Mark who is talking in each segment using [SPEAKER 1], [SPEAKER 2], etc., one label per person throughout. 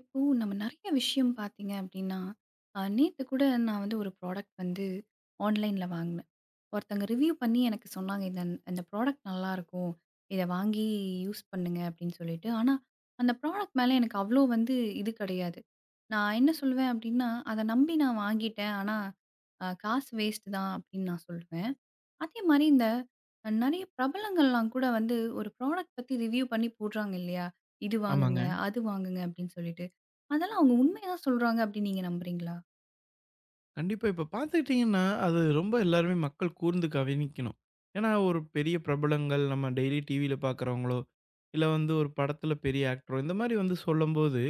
[SPEAKER 1] இப்போ நம்ம நிறைய விஷயம் பார்த்தீங்க அப்படின்னா, நேத்து கூட நான் வந்து ஒரு ப்ராடக்ட் வந்து ஆன்லைன்ல வாங்குனேன். ஒருத்தங்க ரிவ்யூ பண்ணி எனக்கு சொன்னாங்க, "இந்த இந்த ப்ராடக்ட் நல்லாருக்கும். இத வாங்கி யூஸ் பண்ணுங்க." அப்படின்னு சொல்லிட்டு. ஆனா, அந்த ப்ராடக்ட் மேல எனக்கு அவ்ளோ வந்து இது கிடையாது. நான் என்ன சொல்லுவேன் அப்படின்னா, "அத நம்பி நான் வாங்கிட்டேன். ஆனா, காசு வேஸ்ட்டு தான்." அப்படின்னு நான் சொல்லுவேன். அதே மாரி இந்த நெறைய பிரபலங்கள்லாம் கூட வந்து ஒரு ப்ராடக்ட் பத்தி ரிவ்யூ பண்ணி போடுறாங்க இல்லையா? இது வாங்குங்க,
[SPEAKER 2] ஆமாங்க.
[SPEAKER 1] அது வாங்குங்க அப்படின்னு சொல்லிட்டு. அதெல்லாம் அவங்க உண்மையா சொல்றாங்க அப்படின்னு நீங்க நம்புறீங்களா?
[SPEAKER 2] கண்டிப்பா. இப்ப பார்த்துக்கிட்டீங்கன்னா, அது ரொம்ப எல்லாருமே மக்கள் கூர்ந்து கவனிக்கணும். ஏன்னா, ஒரு பெரிய பிரபலங்கள் நம்ம டெய்லி டிவியில பார்க்குறவங்களோ, இல்ல வந்து ஒரு படத்தில பெரிய ஆக்டரோ, இந்த மாரி வந்து சொல்லும்போது,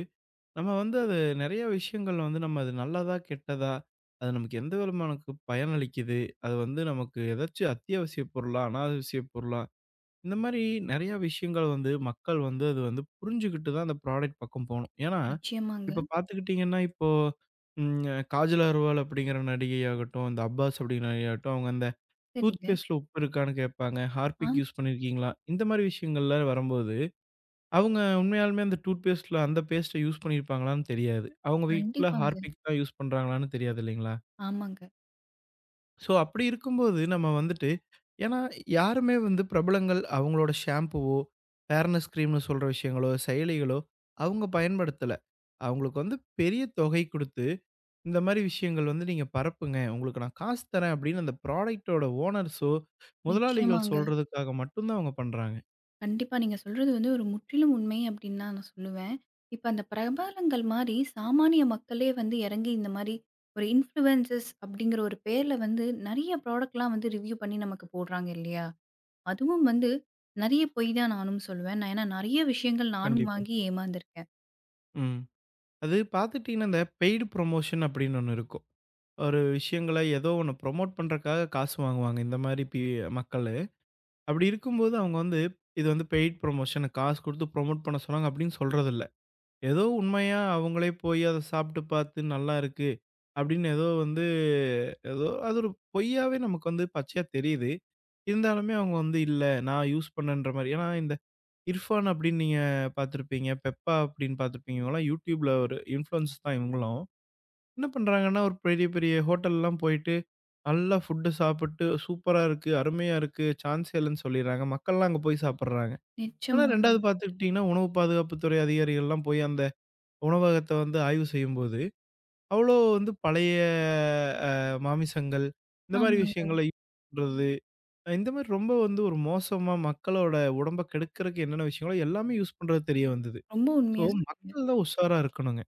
[SPEAKER 2] நம்ம வந்து அது நெறைய விஷயங்கள் வந்து நம்ம அது நல்லதா? கெட்டதா? அது நமக்கு எந்த விதமானக்கு பயனளிக்குது? அது வந்து நமக்கு ஏதாச்சும் அத்தியாவசிய பொருளா? அனாவசிய பொருளா? இந்த மாரி நெறையா விஷயங்கள் வந்து மக்கள் வந்து அது வந்து புரிஞ்சுகிட்டு தான் அந்த ப்ராடக்ட் பக்கம் போணும். ஏன்னா,
[SPEAKER 1] நிச்சயமாங்க.
[SPEAKER 2] இப்ப பார்த்துக்கிட்டீங்கன்னா, இப்போ ம் அ காஜல் அகர்வால் அப்படிங்கிற நடிகையாகட்டும், இந்த அப்பாஸ் அப்படிங்கிற நடிகையாகட்டும், அவங்க அந்த டூத்
[SPEAKER 1] சரிங்க.
[SPEAKER 2] பேஸ்ட்ல உப்பு இருக்கான்னு கேட்பாங்க. ஹார்பிக்
[SPEAKER 1] ஆம்.
[SPEAKER 2] யூஸ் பண்ணியிருக்கீங்களா? இந்த மாரி விஷயங்கள்ல வரும்போது, அவங்க உண்மையாலுமே அந்த டூத் பேஸ்ட்ல அந்த பேஸ்ட்ட யூஸ் பண்ணியிருப்பாங்களான்னு தெரியாது. அவங்க வீட்ல
[SPEAKER 1] கண்டிப்பாங்க.
[SPEAKER 2] ஹார்பிக் தான் யூஸ் பண்றாங்களான்னு தெரியாது இல்லைங்களா?
[SPEAKER 1] ஆமாங்க.
[SPEAKER 2] ஸோ, அப்படி இருக்கும்போது நம்ம வந்துட்டு ஏன்னா யாருமே வந்து பிரபலங்கள் அவங்களோட ஷாம்பூவோ, ஃபேர்னஸ் கிரீம்னு சொல்ற விஷயங்களோ, செயலிகளோ அவங்க பயன்படுத்தல. அவங்களுக்கு வந்து பெரிய தொகை குடுத்து, இந்த மாரி விஷயங்கள் வந்து நீங்க பரப்புங்க. உங்களுக்கு நான் காசு தரேன் அப்படின்னு அந்த ப்ராடக்ட்டோட ஓனர்ஸோ, முதலாளிகள்
[SPEAKER 1] நிச்சயமாங்க.
[SPEAKER 2] சொல்றதுக்காக மட்டும் தான் அவங்க பண்றாங்க.
[SPEAKER 1] கண்டிப்பா நீங்க சொல்றது வந்து ஒரு முற்றிலும் உண்மை அப்படின்னு தான் நான் சொல்லுவேன். இப்ப அந்த பிரபலங்கள் மாரி சாமானிய மக்களே வந்து இறங்கி இந்த மாரி ஒரு இன்ஃப்ளூயன்சஸ் அப்படிங்கிற ஒரு பேர்ல வந்து நெறைய ப்ராடக்ட்லாம் வந்து ரிவ்யூ பண்ணி நமக்கு போடுறாங்க இல்லையா? அதுவும் வந்து நெறைய பொய் தான் நானும் சொல்லுவேன். நான் ஏன்னா நெறைய விஷயங்கள் நானும்
[SPEAKER 2] கண்டிப்பா.
[SPEAKER 1] வாங்கி ஏமாந்துருக்கேன்.
[SPEAKER 2] ம். அது பார்த்துட்டீங்கன்னா, இந்த பெய்டு ப்ரமோஷன் அப்படின்னு ஒண்ணு இருக்கும். ஒரு விஷயங்கள ஏதோ ஒண்ணு ப்ரமோட் பண்றக்காக காசு வாங்குவாங்க. இந்த மாரி மக்கள் அப்படி இருக்கும்போது அவங்க வந்து, இது வந்து பெய்ட் ப்ரமோஷன் காசு குடுத்து ப்ரமோட் பண்ண சொன்னாங்க அப்படின்னு சொல்றதில்ல. ஏதோ உண்மையா அவங்களே போய் அத சாப்பிட்டு பார்த்து நல்லா இருக்கு அப்படின்னு ஏதோ வந்து ஏதோ அது ஒரு பொய்யாவே நமக்கு வந்து பச்சையா தெரியுது. இருந்தாலுமே அவங்க வந்து இல்ல நான் யூஸ் பண்ணேன்ற மாரி. ஏன்னா இந்த இர்ஃபான் அப்படின்னு நீங்க பார்த்துருப்பீங்க. பெப்பா அப்படின்னு பார்த்துருப்பீங்க. இவங்கலாம் YouTubeல ஒரு இன்ஃப்ளூயன்ஸ் தான் இவங்களும். என்ன பண்றாங்கன்னா ஒரு பெரிய பெரிய ஹோட்டல்லாம் போயிட்டு நல்லா ஃபுட்டு சாப்பிட்டு சூப்பரா இருக்கு, அருமையா இருக்கு, சான்ஸே இல்லன்னு சொல்லிர்றாங்க. மக்கள்லாம் அங்க போய் சாப்பிடுறாங்க. ஆனா
[SPEAKER 1] நிச்சயமாங்க.
[SPEAKER 2] 2வது பார்த்துக்கிட்டீங்கன்னா, உணவு பாதுகாப்புத்துறை அதிகாரிகள்லாம் போய் அந்த உணவகத்த வந்து ஆய்வு செய்யும்போது, அவ்ளோ வந்து பழைய அ மாமிசங்கள் இந்த மாரி
[SPEAKER 1] ஆமாங்க.
[SPEAKER 2] விஷயங்கள பண்றது, இந்த மாரி ரொம்ப வந்து ஒரு மோசமா மக்களோட உடம்ப கெடுக்கறக்கு என்னென்ன விஷயங்களோ எல்லாமே யூஸ் பண்றது தெரிய வந்தது.
[SPEAKER 1] ரொம்ப
[SPEAKER 2] ஸோ
[SPEAKER 1] உண்மையா சொன்னீங்க.
[SPEAKER 2] மக்கள் தான் உஷாரா இருக்கணுங்க.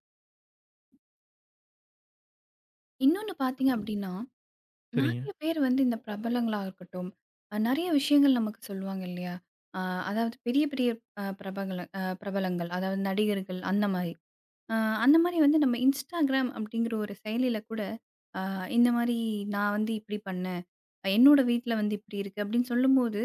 [SPEAKER 1] இன்னொன்னு பார்த்தீங்க அப்டின்னா,
[SPEAKER 2] சரிங்க.
[SPEAKER 1] நெறைய பேர் வந்து இந்த பிரபலங்களா இருக்கட்டும், நெறைய விஷயங்கள் நமக்கு சொல்லுவாங்க இல்லையா? அ அதாவது பெரிய பெரிய அ பிரபல அ பிரபலங்கள் அதாவது நடிகர்கள் அந்த மாரி. அ அந்த மாரி வந்து நம்ம Instagram அப்டிங்கிற ஒரு செயலில கூட ஆ இந்த மாரி நான் வந்து இப்படி பண்ணேன். என்னோட வீட்ல வந்து இப்படி இருக்கு அப்படின்னு சொல்லும்போது,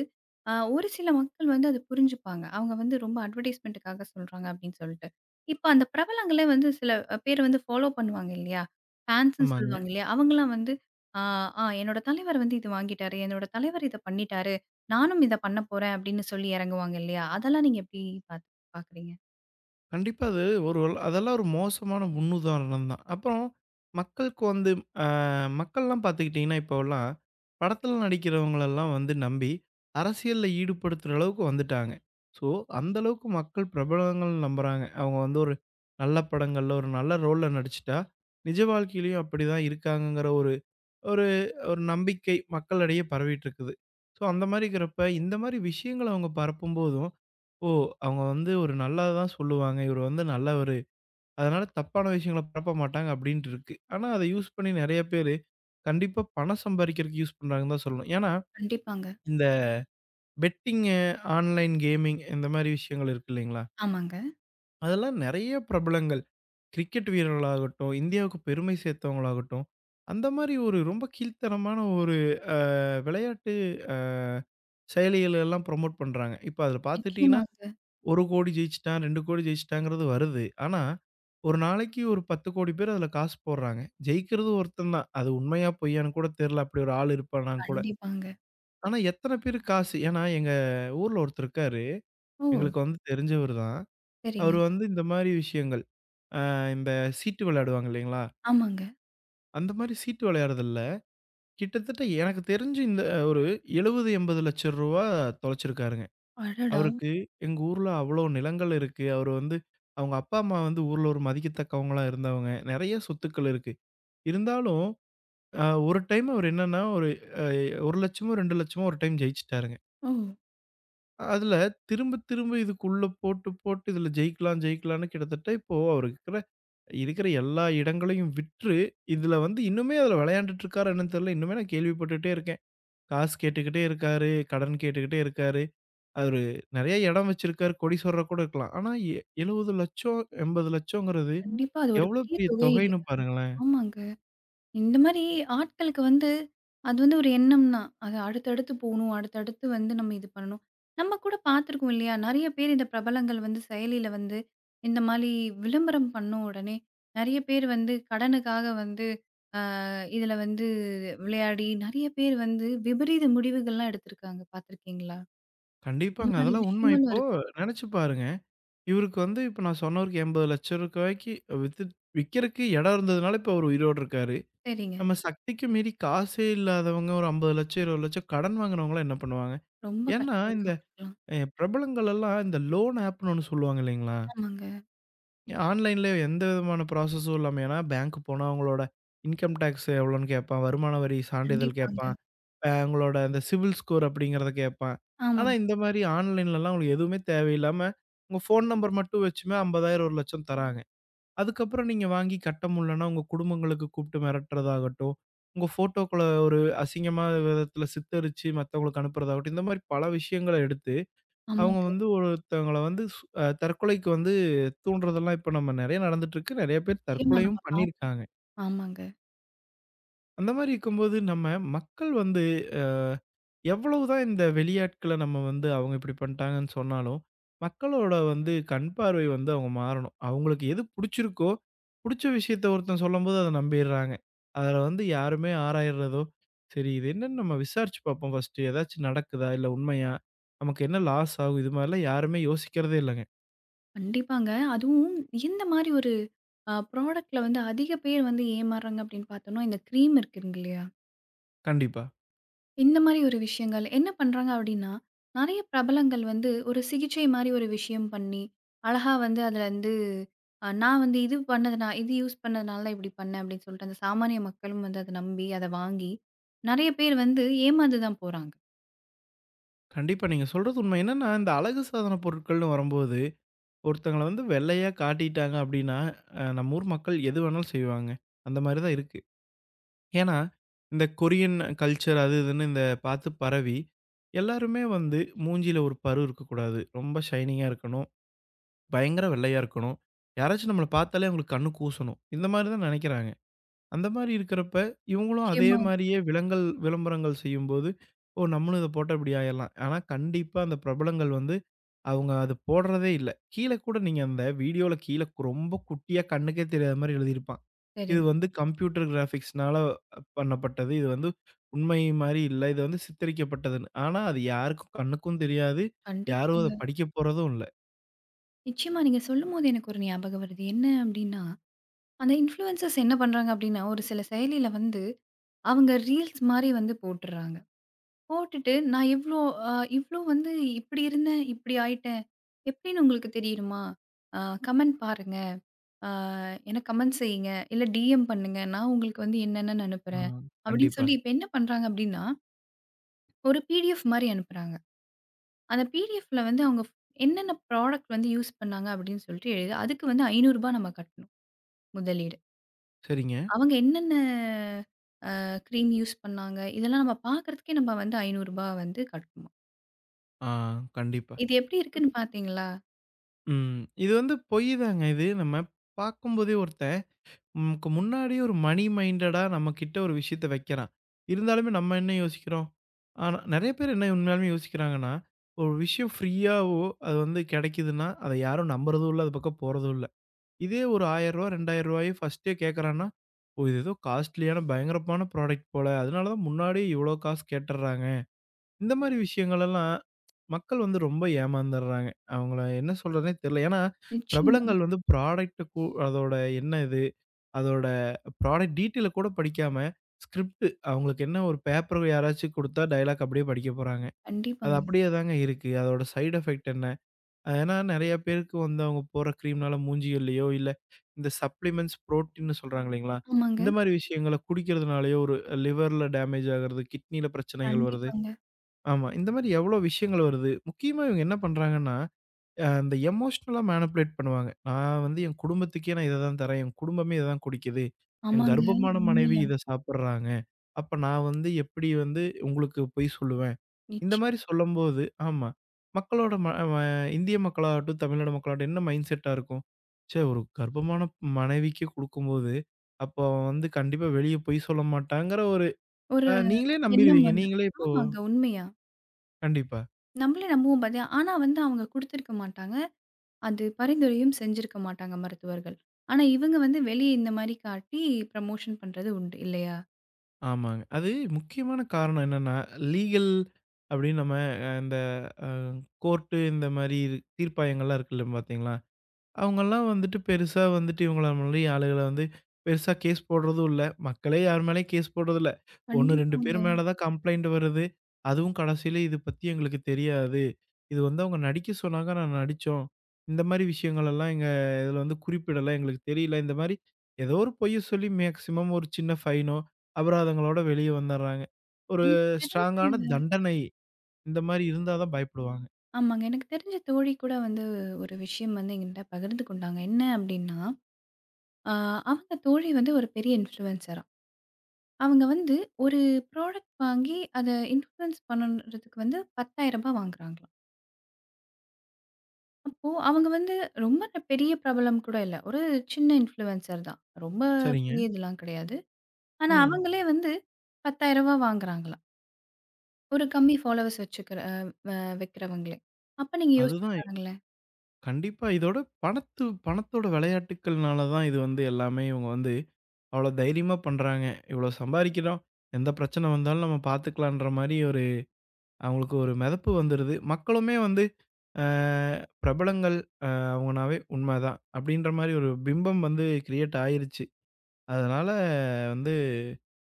[SPEAKER 1] ஒரு சில மக்கள் வந்து அத புரிஞ்சுப்பாங்க. அவங்க வந்து ரொம்ப அட்வர்டைஸ்மென்ட்டுக்காக சொல்றாங்க அப்படின்னு சொல்லிட்டு. இப்ப அந்த பிரபலங்களே வந்து சில பேர் வந்து ஃபாலோ பண்ணுவாங்க இல்லையா? ஃபேன்ஸ்ன்னு
[SPEAKER 2] ஆமாங்க.
[SPEAKER 1] சொல்லுவாங்க இல்லையா? அவங்கலாம் வந்து, ஆ ஆ என்னோட தலைவர் வந்து இது வாங்கிட்டாரு. என்னோட தலைவர் இத பண்ணிட்டாரு. நானும் இத பண்ண போறேன் அப்படின்னு சொல்லி இறங்குவாங்க இல்லையா? அதெல்லாம் நீங்க எப்படி பாத் பாக்குறீங்க?
[SPEAKER 2] கண்டிப்பா அது அதெல்லாம் ஒரு மோசமான முன்னுதாரணம் தான். அப்புறம் மக்களுக்கு வந்து அ மக்கள்லாம் பார்த்துக்கிட்டிங்கன்னா, இப்போலாம் படத்தில நடிக்கிறவங்களெல்லாம் வந்து நம்பி, அரசியல்ல ஈடுபடுத்துற அளவுக்கு வந்துட்டாங்க. ஸோ, அந்த அளவுக்கு மக்கள் பிரபலங்கள் நம்புறாங்க. அவங்க வந்து ஒரு நல்ல படங்கள்ல, ஒரு நல்ல ரோல்ல நடிச்சுட்டா, நிஜ வாழ்க்கையிலயும் அப்படிதான் இருக்காங்கங்கிற ஒரு ஒரு ஒரு நம்பிக்கை மக்களிடையே பரவிட்டு இருக்குது. ஸோ, அந்த மாரி இருக்கிறப்ப, இந்த மாரி விஷயங்கள அவங்க பரப்பும்போதும், ஓ! அவங்க வந்து ஒரு நல்லது தான் சொல்லுவாங்க. இவரு வந்து நல்லவரு. அதனால தப்பான விஷயங்கள பரப்ப மாட்டாங்க அப்டின்ட்டு இருக்கு. ஆனா அத யூஸ் பண்ணி நெறைய பேரு கண்டிப்பா பணம் சம்பாரிக்கிறதுக்கு யூஸ் பண்றாங்கன்னு தான் சொல்லணும். ஏன்னா
[SPEAKER 1] கண்டிப்பாங்க.
[SPEAKER 2] இந்த பெட்டிங்கு, ஆன்லைன் கேமிங் இந்த மாரி விஷயங்கள் இருக்கு இல்லைங்களா?
[SPEAKER 1] ஆமாங்க. ம்.
[SPEAKER 2] அதெல்லாம் நெறைய பிரபலங்கள் கிரிக்கெட் வீரர்களாகட்டும், இந்தியாவுக்கு பெருமை சேர்த்தவங்களாகட்டும், அந்த மாரி ஒரு ரொம்ப கீழ்த்தனமான ஒரு அ விளையாட்டு அ செயலிகள் எல்லாம் ப்ரமோட் பண்றாங்க. இப்ப அதுல பார்த்துட்டீங்கன்னா
[SPEAKER 1] நிச்சயமாங்க.
[SPEAKER 2] 1,00,00,000 ஜெயிச்சுட்டான், 2,00,00,000 ஜெயிச்சுட்டாங்கிறது வருது. ஆனா, ஒரு நாளைக்கு ஒரு 10,00,00,000 பேர் அதுல காசு போடுறாங்க. ஜெயிக்கிறது ஒருத்தன் தான். அது உண்மையா பொய்யான்னு கூட தெரியல. அப்படி ஒரு ஆள் இருப்பானான்னு கூட.
[SPEAKER 1] கண்டிப்பாங்க.
[SPEAKER 2] ஆனா எத்தன பேரு காசு ஏன்னா எங்க ஊர்ல ஒருத்தர் இருக்காரு.
[SPEAKER 1] ஓ!
[SPEAKER 2] எங்களுக்கு வந்து தெரிஞ்சவர் தான்.
[SPEAKER 1] சரிங்க.
[SPEAKER 2] அவரு வந்து இந்த மாரி விஷயங்கள், இந்த சீட்டு விளையாடுவாங்க இல்லைங்களா?
[SPEAKER 1] ஆமாங்க.
[SPEAKER 2] அந்த மாரி சீட்டு விளையாடுறதுல, கிட்டத்தட்ட எனக்கு தெரிஞ்சு இந்த ஒரு 70, 80,00,000 தொலைச்சிருக்காருங்க.
[SPEAKER 1] அடடா!
[SPEAKER 2] அவருக்கு எங்க ஊர்ல அவ்வளோ நிலங்கள் இருக்கு. அவரு வந்து அவங்க அப்பா, அம்மா வந்து ஊர்ல ஒரு மதிக்கத்தக்கவங்களா இருந்தவங்க. நெறைய சொத்துக்கள் இருக்கு. இருந்தாலும் ஒரு டைம் அவர் என்னன்னா, ஒரு 1,00,000மோ, 2,00,000மோ ஒரு டைம் ஜெயிச்சுட்டாருங்க.
[SPEAKER 1] ஓ! ம்.
[SPEAKER 2] அதுல திரும்ப திரும்ப இதுக்குள்ள போட்டு போட்டு இதுல ஜெயிக்கலாம் ஜெயிக்கலான்னு கிட்டத்தட்ட இப்போ அவரு இருக்கிற இருக்கிற எல்லா இடங்களையும் விற்று, இதுல வந்து இன்னுமே அதுல விளையாண்டுட்டு இருக்காரா என்னன்னு தெரியல. இன்னுமே நான் கேள்விப்பட்டுட்டே இருக்கேன். காசு கேட்டுக்கிட்டே இருக்காரு, கடன் கேட்டுக்கிட்டே இருக்காரு. அவரு நெறைய இடம் வச்சிருக்காரு, கோடீஸ்வரரா கூட இருக்கலாம். ஆனா 70,00,000 80,00,000ங்கிறது
[SPEAKER 1] கண்டிப்பா. அது ஒரு
[SPEAKER 2] எவ்வளோ
[SPEAKER 1] பெரிய
[SPEAKER 2] பெரிய
[SPEAKER 1] தொகை இல்ல.
[SPEAKER 2] தொகைன்னு பாருங்களேன்.
[SPEAKER 1] ஆமாங்க. இந்த மாரி ஆட்களுக்கு வந்து, அது வந்து ஒரு எண்ணம் தான். அது அடுத்தடுத்து போணும். அடுத்தடுத்து வந்து நம்ம இது பண்ணணும். நம்ம கூட பார்த்துருக்கோம் இல்லையா? நெறைய பேர் இந்த பிரபலங்கள் வந்து செயலில வந்து இந்த மாரி விளம்பரம் பண்ண உடனே, நெறைய பேர் வந்து கடனுக்காக வந்து இதுல வந்து விளையாடி, நெறைய பேர் வந்து விபரீத முடிவுகள்லாம் எடுத்திருக்காங்க. பார்த்துருக்கீங்களா? இந்த
[SPEAKER 2] கண்டிப்பாங்க.
[SPEAKER 1] மாரி
[SPEAKER 2] அதெல்லாம் உண்மை.
[SPEAKER 1] விஷயங்களும்
[SPEAKER 2] இப்போ
[SPEAKER 1] இருக்கு.
[SPEAKER 2] நெனச்சு பாருங்க. இவருக்கு வந்து இப்ப நான் சொன்னவருக்கு ரூ. 80,00,000க்கு வித்துட் விக்கிறக்கு இடம் இருந்ததுனால இப்ப அவரு உயிரோட இருக்காரு.
[SPEAKER 1] சரிங்க.
[SPEAKER 2] நம்ம சக்திக்கு மீறி காசே இல்லாதவங்க ஒரு 50,00,000 20,00,000 கடன் வாங்குனவங்கலாம் என்ன பண்ணுவாங்க?
[SPEAKER 1] ரொம்ப
[SPEAKER 2] ஏன்னா
[SPEAKER 1] கஷ்டங்க
[SPEAKER 2] இந்த
[SPEAKER 1] அவங்களுக்கெல்லாம்.
[SPEAKER 2] பிரபலங்கள் எல்லாம் இந்த லோன் ஆப்ன்னு ஒண்ணு சொல்லுவாங்க இல்லைங்களா?
[SPEAKER 1] ஆமாங்க.
[SPEAKER 2] ஆன்லைன்ல எந்த விதமான ப்ராசஸும் இல்லாம, ஏன்னா பேங்க் போனா அவங்களோட இன்கம் டாக்ஸ் எவ்வளோன்னு கேட்பான், வருமான வரி சான்றிதழ்
[SPEAKER 1] கண்டிப்பாங்க.
[SPEAKER 2] கேட்பான், உங்களோட அந்த சிவில் ஸ்கோர் அப்படிங்கிறத கேட்பான். ஆனா
[SPEAKER 1] ஆமாங்க.
[SPEAKER 2] இந்த மாரி ஆன்லைன்லலாம் உங்களுக்கு எதுவுமே தேவையில்லாம, உங்க ஃபோன் நம்பர் மட்டும் வச்சுமே 50,000 1,00,000 தராங்க. அதுக்கப்புறம் நீங்க வாங்கி கட்ட முடியலன்னா, உங்க குடும்பங்களுக்கு கூப்பிட்டு மிரட்டுறதாகட்டும், உங்க ஃபோட்டோக்கள ஒரு அசிங்கமான விதத்தில சித்தரிச்சு மத்தவங்களுக்கு அனுப்புறதாகட்டும், இந்த மாரி பல விஷயங்கள எடுத்து அவங்க
[SPEAKER 1] ஆமாங்க.
[SPEAKER 2] வந்து ஒருத்தவங்கள வந்து சு அ தற்கொலைக்கு வந்து தூண்டுறதெல்லாம் இப்ப நம்ம நெறைய நடந்துட்டுருக்கு. நெறைய பேர்
[SPEAKER 1] நிச்சயமா நம்ம
[SPEAKER 2] தற்கொலையும் பண்ணியிருக்காங்க.
[SPEAKER 1] பார்த்துருக்கோம். ஆமாங்க.
[SPEAKER 2] அந்த மாரி இருக்கும்போது, நம்ம மக்கள் வந்து எவ்வளவுதான் இந்த வெளியாட்கள நம்ம வந்து அவங்க இப்படி பண்ணிட்டாங்கன்னு சொன்னாலும், மக்களோட வந்து கண் பார்வை வந்து அவங்க மாறணும். அவங்களுக்கு எது புடிச்சிருக்கோ, புடிச்ச விஷயத்த ஒருத்தன் சொல்லும்போது அத நம்பிர்றாங்க. அதுல வந்து யாருமே ஆராயிறதோ, சரி இது என்னன்னு நம்ம விசாரிச்சு பார்ப்போம் ஃபர்ஸ்ட்டு. ஏதாச்சும் நடக்குதா? இல்ல உண்மையா? நமக்கு என்ன லாஸ் ஆகும்? இது மாரிலாம் யாருமே யோசிக்கிறதே இல்லங்க.
[SPEAKER 1] கண்டிப்பாங்க. அதுவும் எந்த மாரி ஒரு ப்ராடக்ட்ல வந்து அதிக பேர் வந்து ஏமாறுறாங்க அப்படின்னு பார்த்தோம்னா, இந்த க்ரீம் இருக்குங்க இல்லையா?
[SPEAKER 2] கண்டிப்பா.
[SPEAKER 1] இந்த மாரி ஒரு விஷயங்கள் என்ன பண்றாங்க அப்படின்னா, நெறைய பிரபலங்கள் வந்து ஒரு சிகிச்சை மாரி ஒரு விஷயம் பண்ணி, அழகா வந்து அதுல வந்து நான் வந்து இது பண்ணதுனா இது யூஸ் பண்ணதுனால இப்படி பண்ணேன் அப்படின்னு சொல்லிட்டு, அந்த சாமானிய மக்களும் வந்து அத நம்பி, அத வாங்கி நெறைய பேர் வந்து ஏமாந்து தான் போறாங்க.
[SPEAKER 2] கண்டிப்பா. நீங்க சொல்றது உண்மை. என்னன்னா, இந்த அழகு சாதன பொருட்கள்னு வரும்போது, ஒருத்தங்கள வந்து வெள்ளையா காட்டிட்டாங்க அப்டின்னா, நம்ம ஊர் மக்கள் எது வேணாலும் செய்வாங்க. அந்த மாரி தான் இருக்கு. ஏன்னா, இந்த கொரியன் கல்ச்சர் அது இதுன்னு இந்த பார்த்து பரவி, எல்லாருமே வந்து மூஞ்சில ஒரு பரு இருக்கக்கூடாது. ரொம்ப ஷைனிங்கா இருக்கணும். பயங்கர வெள்ளையா இருக்கணும். யாராச்சும் நம்மள பார்த்தாலே அவங்களுக்கு கண்ணு கூசணும். இந்த மாரி தான் நெனைக்கிறாங்க. அந்த மாரி இருக்கிறப்ப, இவங்களும் அதே
[SPEAKER 1] நிச்சயமா.
[SPEAKER 2] மாரியே விலங்கல் விளம்பரங்கள் செய்யும்போது, "ஓ! நம்மளும் இத போட்டா இப்படி ஆயிரலாம்." ஆனா கண்டிப்பா அந்த பிரபலங்கள் வந்து, அவங்க அது போடுறதே இல்ல. கீழ கூட நீங்க அந்த வீடியோல கீழ ரொம்ப குட்டியா கண்ணுக்கே தெரியாத மாரி எழுதியிருப்பான். இது
[SPEAKER 1] சரிங்க.
[SPEAKER 2] வந்து கம்ப்யூட்டர் கிராபிக்ஸ்னால பண்ணப்பட்டது. இது வந்து உண்மை மாரி இல்ல. இது வந்து சித்தரிக்கப்பட்டதுன்னு. ஆனா அது யாருக்கும் கண்ணுக்கும் தெரியாது. யாரும் அத
[SPEAKER 1] கண்டிப்பாங்க.
[SPEAKER 2] படிக்க போறதும் இல்ல.
[SPEAKER 1] நிச்சயமா நீங்க சொல்லும்போது எனக்கு ஒரு ஞாபகம் வருது. என்ன அப்டின்னா, அந்த இன்ஃப்ளூயன்சர்ஸ் என்ன பண்றாங்க அப்டின்னா, ஒரு சில செயலில வந்து அவங்க ரீல்ஸ் மாரி வந்து போட்டுர்றாங்க. போட்டுட்டு நான் இவ்ளோ அ இவ்ளோ வந்து இப்டி இருந்தேன், இப்டி ஆயிட்டேன். எப்டின்னு உங்களுக்கு தெரியுமா? அ கமெண்ட் பாருங்க. அ எனக்கு கமெண்ட் செய்யுங்க. இல்ல டிஎம் பண்ணுங்க. நான் உங்களுக்கு வந்து என்னென்னன்னு
[SPEAKER 2] ஆ.
[SPEAKER 1] அனுப்புறேன். அப்டின்னு
[SPEAKER 2] கண்டிப்பா.
[SPEAKER 1] சொல்லி இப்ப என்ன பண்றாங்க அப்டின்னா, ஒரு பிடிஎஃப் மாரி அனுப்புறாங்க. அந்த பிடிஎஃப்ல வந்து அவங்க என்னென்ன ப்ராடக்ட் வந்து யூஸ் பண்ணாங்க அப்டின்னு சொல்லிட்டு எழுதி, அதுக்கு வந்து ரூ. 500 நம்ம கட்டணும். முதலீடு.
[SPEAKER 2] சரிங்க.
[SPEAKER 1] அவங்க என்னென்ன கிரீம் யூஸ் பண்ணாங்க? இதெல்லாம் நம்ம பார்க்கறதுக்கே நம்ம வந்து ரூ. 500 வந்து கட்டணும்.
[SPEAKER 2] ஆ கண்டிப்பா.
[SPEAKER 1] இது எப்படி இருக்குன்னு பார்த்தீங்களா?
[SPEAKER 2] ம். இது வந்து பொய் தாங்க இது. நம்ம பார்க்கும்போதே ஒருத்தன் நமக்கு முன்னாடியே ஒரு மணி மைண்டடா நம்மகிட்ட ஒரு விஷயத்த வைக்கிறான். இருந்தாலுமே நம்ம என்ன யோசிக்கிறோம்? ஆனா நெறைய பேர் என்ன உண்மையாலுமே யோசிக்கிறாங்கன்னா, ஒரு விஷயம் ஃப்ரீயாவோ அது வந்து கெடைக்குதுன்னா, அத யாரும் நம்புறதும் இல்ல. அது பக்கம் போறதும் இல்ல. இதே ஒரு ரூ. 1000 ரூ. 2000 ஃபர்ஸ்ட்டே கேட்கறான்னா, ஓ! இது ஏதோ காஸ்ட்லியான பயங்கரமான ப்ராடக்ட் போல. அதனால தான் முன்னாடியே இவ்ளோ காசு கேட்டுர்றாங்க. இந்த மாரி விஷயங்கள் எல்லாம் மக்கள் வந்து ரொம்ப ஏமாந்துடுறாங்க. அவங்கள என்ன சொல்றதுன்னே தெரியல. ஏன்னா, பிரபலங்கள்
[SPEAKER 1] நிச்சயமாங்க.
[SPEAKER 2] வந்து ப்ராடக்ட் கு அதோட என்ன இது? அதோட ப்ராடக்ட் டீட்டெயில கூட படிக்காம, ஸ்கிரிப்ட் அவங்களுக்கு என்ன ஒரு பேப்பர் யாராச்சும் குடுத்தா டயலாக் அப்படியே படிக்க போறாங்க. அது
[SPEAKER 1] கண்டிப்பாங்க.
[SPEAKER 2] அப்படியே தாங்க இருக்கு. அதோட சைட் எஃபெக்ட் என்ன? ஏன்னா நெறைய பேருக்கு வந்து அவங்க போடுற கிரீம்னால மூஞ்சிகள்லயோ, இல்ல இந்த சப்ளிமெண்ட்ஸ் புரோட்டீன்னு சொல்றாங்க இல்லைங்களா? இந்த
[SPEAKER 1] ஆமாங்க.
[SPEAKER 2] மாரி விஷயங்கள குடிக்கிறதுனாலயோ ஒரு லிவர்ல டேமேஜ் ஆகுறது, கிட்னில பிரச்சனைகள் வருது.
[SPEAKER 1] கண்டிப்பாங்க.
[SPEAKER 2] ஆமா. இந்த மாரி எவ்ளோ விஷயங்கள் வருது. முக்கியமா இவங்க என்ன பண்றாங்கன்னா, அந்த எமோஷனலா மேனிபுலேட் பண்ணுவாங்க. நான் வந்து என் குடும்பத்துக்கே நான் இத தான் தரேன். என் குடும்பமே இத தான் குடிக்குது. என்
[SPEAKER 1] ஆமாங்க.
[SPEAKER 2] கர்ப்பமான மனைவி
[SPEAKER 1] உண்மையா.
[SPEAKER 2] இத சாப்பிடுறாங்க. அப்ப நான் வந்து எப்படி வந்து உங்களுக்கு பொய் சொல்லுவேன்? இந்த மாரி
[SPEAKER 1] நிச்சயம்.
[SPEAKER 2] சொல்லும்போது ஆமா. மக்களோட ம ம இந்திய மக்களாகட்டும், தமிழ்நாடு மக்களாகட்டும் என்ன மைண்ட் செட்டா இருக்கும்? ச்சே! ஒரு கர்ப்பமான மனைவிக்கு குடுக்கும்போது, அப்போ அவன் வந்து கண்டிப்பா வெளிய பொய் சொல்ல மாட்டாங்கிற ஒரு
[SPEAKER 1] ஒரு
[SPEAKER 2] நீங்களே
[SPEAKER 1] எண்ணம்
[SPEAKER 2] நம்பிருவீங்க.
[SPEAKER 1] வந்துரும்.
[SPEAKER 2] நீங்களே இப்போ
[SPEAKER 1] ஆமாங்க. உண்மையா.
[SPEAKER 2] கண்டிப்பா.
[SPEAKER 1] நம்மளே நம்புவோம் பார்த்தியா? ஆனா வந்து அவங்க குடுத்திருக்க மாட்டாங்க. அது பரிந்துரையும் செஞ்சிருக்க மாட்டாங்க மருத்துவர்கள். ஆனா இவங்க வந்து வெளிய இந்த மாரி காட்டி ப்ரமோஷன் பண்றது உண்டு இல்லையா?
[SPEAKER 2] ஆமாங்க. அது முக்கியமான காரணம் என்னன்னா, லீகல் அப்படின்னு நம்ம இந்த அ கோர்ட்டு இந்த மாரி தீர்ப்பாயங்கள்லாம் இருக்குல்ல பார்த்தீங்களா? அவங்கலாம் வந்துட்டு பெருசா வந்துட்டு இவங்கள மாரி ஆளுகள வந்து பெருசா கேஸ் போடுறதும் இல்ல. மக்களே யார் மேலயும் கேஸ் போடுறதில்ல. 1, 2 பேர்
[SPEAKER 1] கண்டிப்பாங்க.
[SPEAKER 2] மேல தான் கம்ப்ளைண்ட் வருது. அதுவும் கடைசியில இது பத்தி எங்களுக்கு தெரியாது. இது வந்து அவங்க நடிக்க சொன்னாங்க. நான் நடிச்சோம். இந்த மாரி விஷயங்கள் எல்லாம் எங்க இதில வந்து குறிப்பிடல. எங்களுக்கு தெரியல. இந்த மாரி ஏதோ ஒரு பொய்ய சொல்லி மேக்ஸிமம் ஒரு சின்ன ஃபைனோ, அபராதங்களோட வெளிய வந்துர்றாங்க. ஒரு
[SPEAKER 1] எனக்கு தெரிஞ்சு
[SPEAKER 2] ஸ்ட்ராங்கான தண்டனை இந்த மாரி இருந்தா தான் பயப்படுவாங்க.
[SPEAKER 1] ஆமாங்க. எனக்கு தெரிஞ்ச தோழி கூட வந்து ஒரு விஷயம் வந்து என்கிட்ட பகிர்ந்து கொண்டாங்க. என்ன அப்டின்னா, அ அவங்க தோழி வந்து ஒரு பெரிய இன்ஃப்ளூயன்சராம். அவங்க வந்து ஒரு ப்ராடக்ட் வாங்கி அத இன்ஃப்ளூயன்ஸ் பண்ணன்றதுக்கு வந்து ரூ. 10,000 வாங்குறாங்களாம். அப்போ அவங்க வந்து ரொம்ப பெரிய பிரபலம் கூட இல்ல. ஒரு சின்ன இன்ஃப்ளூயன்சர் தான். ரொம்ப
[SPEAKER 2] சரிங்க.
[SPEAKER 1] பெரிய இதெல்லாம் கிடையாது. ஆனா
[SPEAKER 2] ம்.
[SPEAKER 1] அவங்களே வந்து ரூ. 10,000 வாங்குறாங்களாம். ஒரு கம்மி ஃபாலோவர்ஸ் வச்சுக்கிற அ வ வைக்கிறவங்களே. அப்ப நீங்க யோசிச்சு
[SPEAKER 2] அதுதான்
[SPEAKER 1] பாருங்களேன்.
[SPEAKER 2] கண்டிப்பா. இதோட பணத்தோட விளையாட்டுக்கள்னால தான் இது வந்து எல்லாமே இவங்க வந்து அவ்வளோ தைரியமா பண்றாங்க. இவ்வளோ சம்பாரிக்கிறோம். எந்த பிரச்சனை வந்தாலும் நம்ம பார்த்துக்கலான்ற மாரி ஒரு அவங்களுக்கு ஒரு மெதப்பு வந்துருது. மக்களுமே வந்து அ பிரபலங்கள் அ அவங்கனாவே உண்மதான். அப்படின்ற மாரி ஒரு பிம்பம் வந்து கிரியேட் ஆயிருச்சு. அதனால வந்து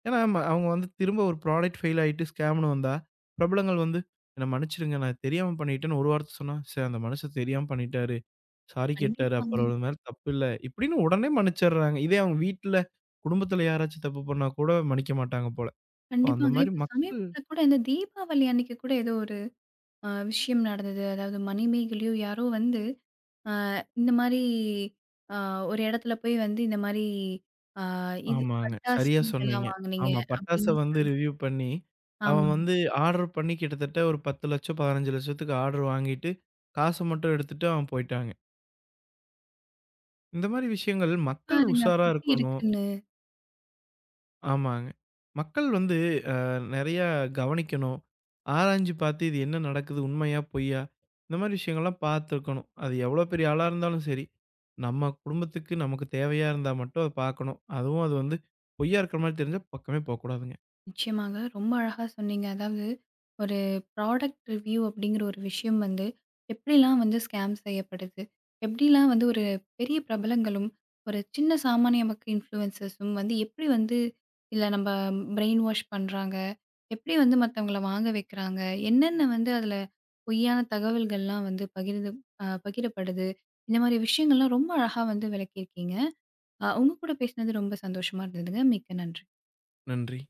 [SPEAKER 2] ஏன்னா அவங்க வந்து திரும்ப ஒரு ப்ராடக்ட் ஃபெயில் ஆயிட்டு ஸ்கேம்ன்னு வந்தா, பிரபலங்கள் வந்து "என்ன மன்னிச்சுடுங்க. நான் தெரியாம பண்ணிட்டேன்னு" ஒரு வார்த்தை சொன்னா, "சரி அந்த மனுஷன் தெரியாம பண்ணிட்டாரு." சாரி கேட்டாரு.
[SPEAKER 1] கண்டிப்பாங்க.
[SPEAKER 2] அப்புறம் அது மேல தப்பில்ல. இப்படின்னு உடனே மன்னிச்சர்றாங்க. இதே அவங்க வீட்ல, குடும்பத்துல யாராச்சும் தப்பு பண்ணா கூட மன்னிக்க மாட்டாங்க போல. இப்போ அந்த
[SPEAKER 1] கண்டிப்பாங்க.
[SPEAKER 2] மாரி
[SPEAKER 1] இப்ப
[SPEAKER 2] மக்கள்
[SPEAKER 1] சமீபத்தில கூட இந்த தீபாவளி அன்னைக்கு கூட ஏதோ ஒரு விஷயம் நடந்தது. அதாவது மணிமேகலையோ யாரோ வந்து இந்த மாரி அ ஒரு இடத்துல போய் வந்து இந்த மாரி அ இது
[SPEAKER 2] ஆமாங்க.
[SPEAKER 1] பட்டாசு
[SPEAKER 2] சரியா சொன்னீங்க.
[SPEAKER 1] இதெல்லாம் வாங்குனீங்க
[SPEAKER 2] ஆமா. பட்டாச
[SPEAKER 1] அப்படின்னு
[SPEAKER 2] வந்து
[SPEAKER 1] சொல்லி
[SPEAKER 2] ரிவ்யூ பண்ணி, அவன்
[SPEAKER 1] ஆமாங்க.
[SPEAKER 2] வந்து ஆர்டர் பண்ணி கிட்டத்தட்ட ஒரு 10,00,000 15,00,000த்துக்கு ஆர்டர் வாங்கிட்டு, காச மட்டும் எடுத்துட்டு அவன் போய்ட்டாங்க. இந்த மாரி விஷயங்கள் மக்கள்
[SPEAKER 1] பாருங்க அப்ப
[SPEAKER 2] உஷாரா
[SPEAKER 1] எப்படி
[SPEAKER 2] இருக்கணும்.
[SPEAKER 1] இருக்கு
[SPEAKER 2] ஆமாங்க. மக்கள் வந்து நெறையா கவனிக்கணும். ஆராய்ஞ்சு பாத்து இது என்ன நடக்குது? உண்மையா? பொய்யா? இந்த மாரி விஷயங்கள்லாம் பாத்துருக்கணும். அது எவ்வளோ பெரிய ஆளா இருந்தாலும் சரி, நம்ம குடும்பத்துக்கு நமக்கு தேவையா இருந்தா மட்டும் அத பாக்கணும். அதுவும் அது வந்து பொய்யா இருக்கிற மாரி தெரிஞ்சா பக்கமே போக்கூடாதுங்க.
[SPEAKER 1] நிச்சயமாங்க. ரொம்ப அழகா சொன்னீங்க. அதாவது ஒரு ப்ராடக்ட் ரிவ்யூ அப்படிங்கிற ஒரு விஷயம் வந்து எப்படிலாம் வந்து ஸ்கேம் செய்யப்படுது? எப்படிலாம் வந்து ஒரு பெரிய பிரபலங்களும், ஒரு சின்ன சாமானிய மக்கள் இன்ஃப்ளூயன்சர்ஸும் வந்து எப்படி வந்து இதில நம்ப பிரெயின் வாஷ் பண்றாங்க? எப்படி வந்து மத்தவங்கள வாங்க வைக்கிறாங்க? என்னென்ன வந்து அதில பொய்யான தகவல்கள்லாம் வந்து பகிர்ந்து பகிரப்படுது? இந்த மாரி விஷயங்கள்லாம் ரொம்ப அழகா வந்து விளக்கியிருக்கீங்க. உங்க கூட பேசினது ரொம்ப சந்தோஷமா இருந்ததுங்க. மிக்க நன்றி.
[SPEAKER 2] நன்றி.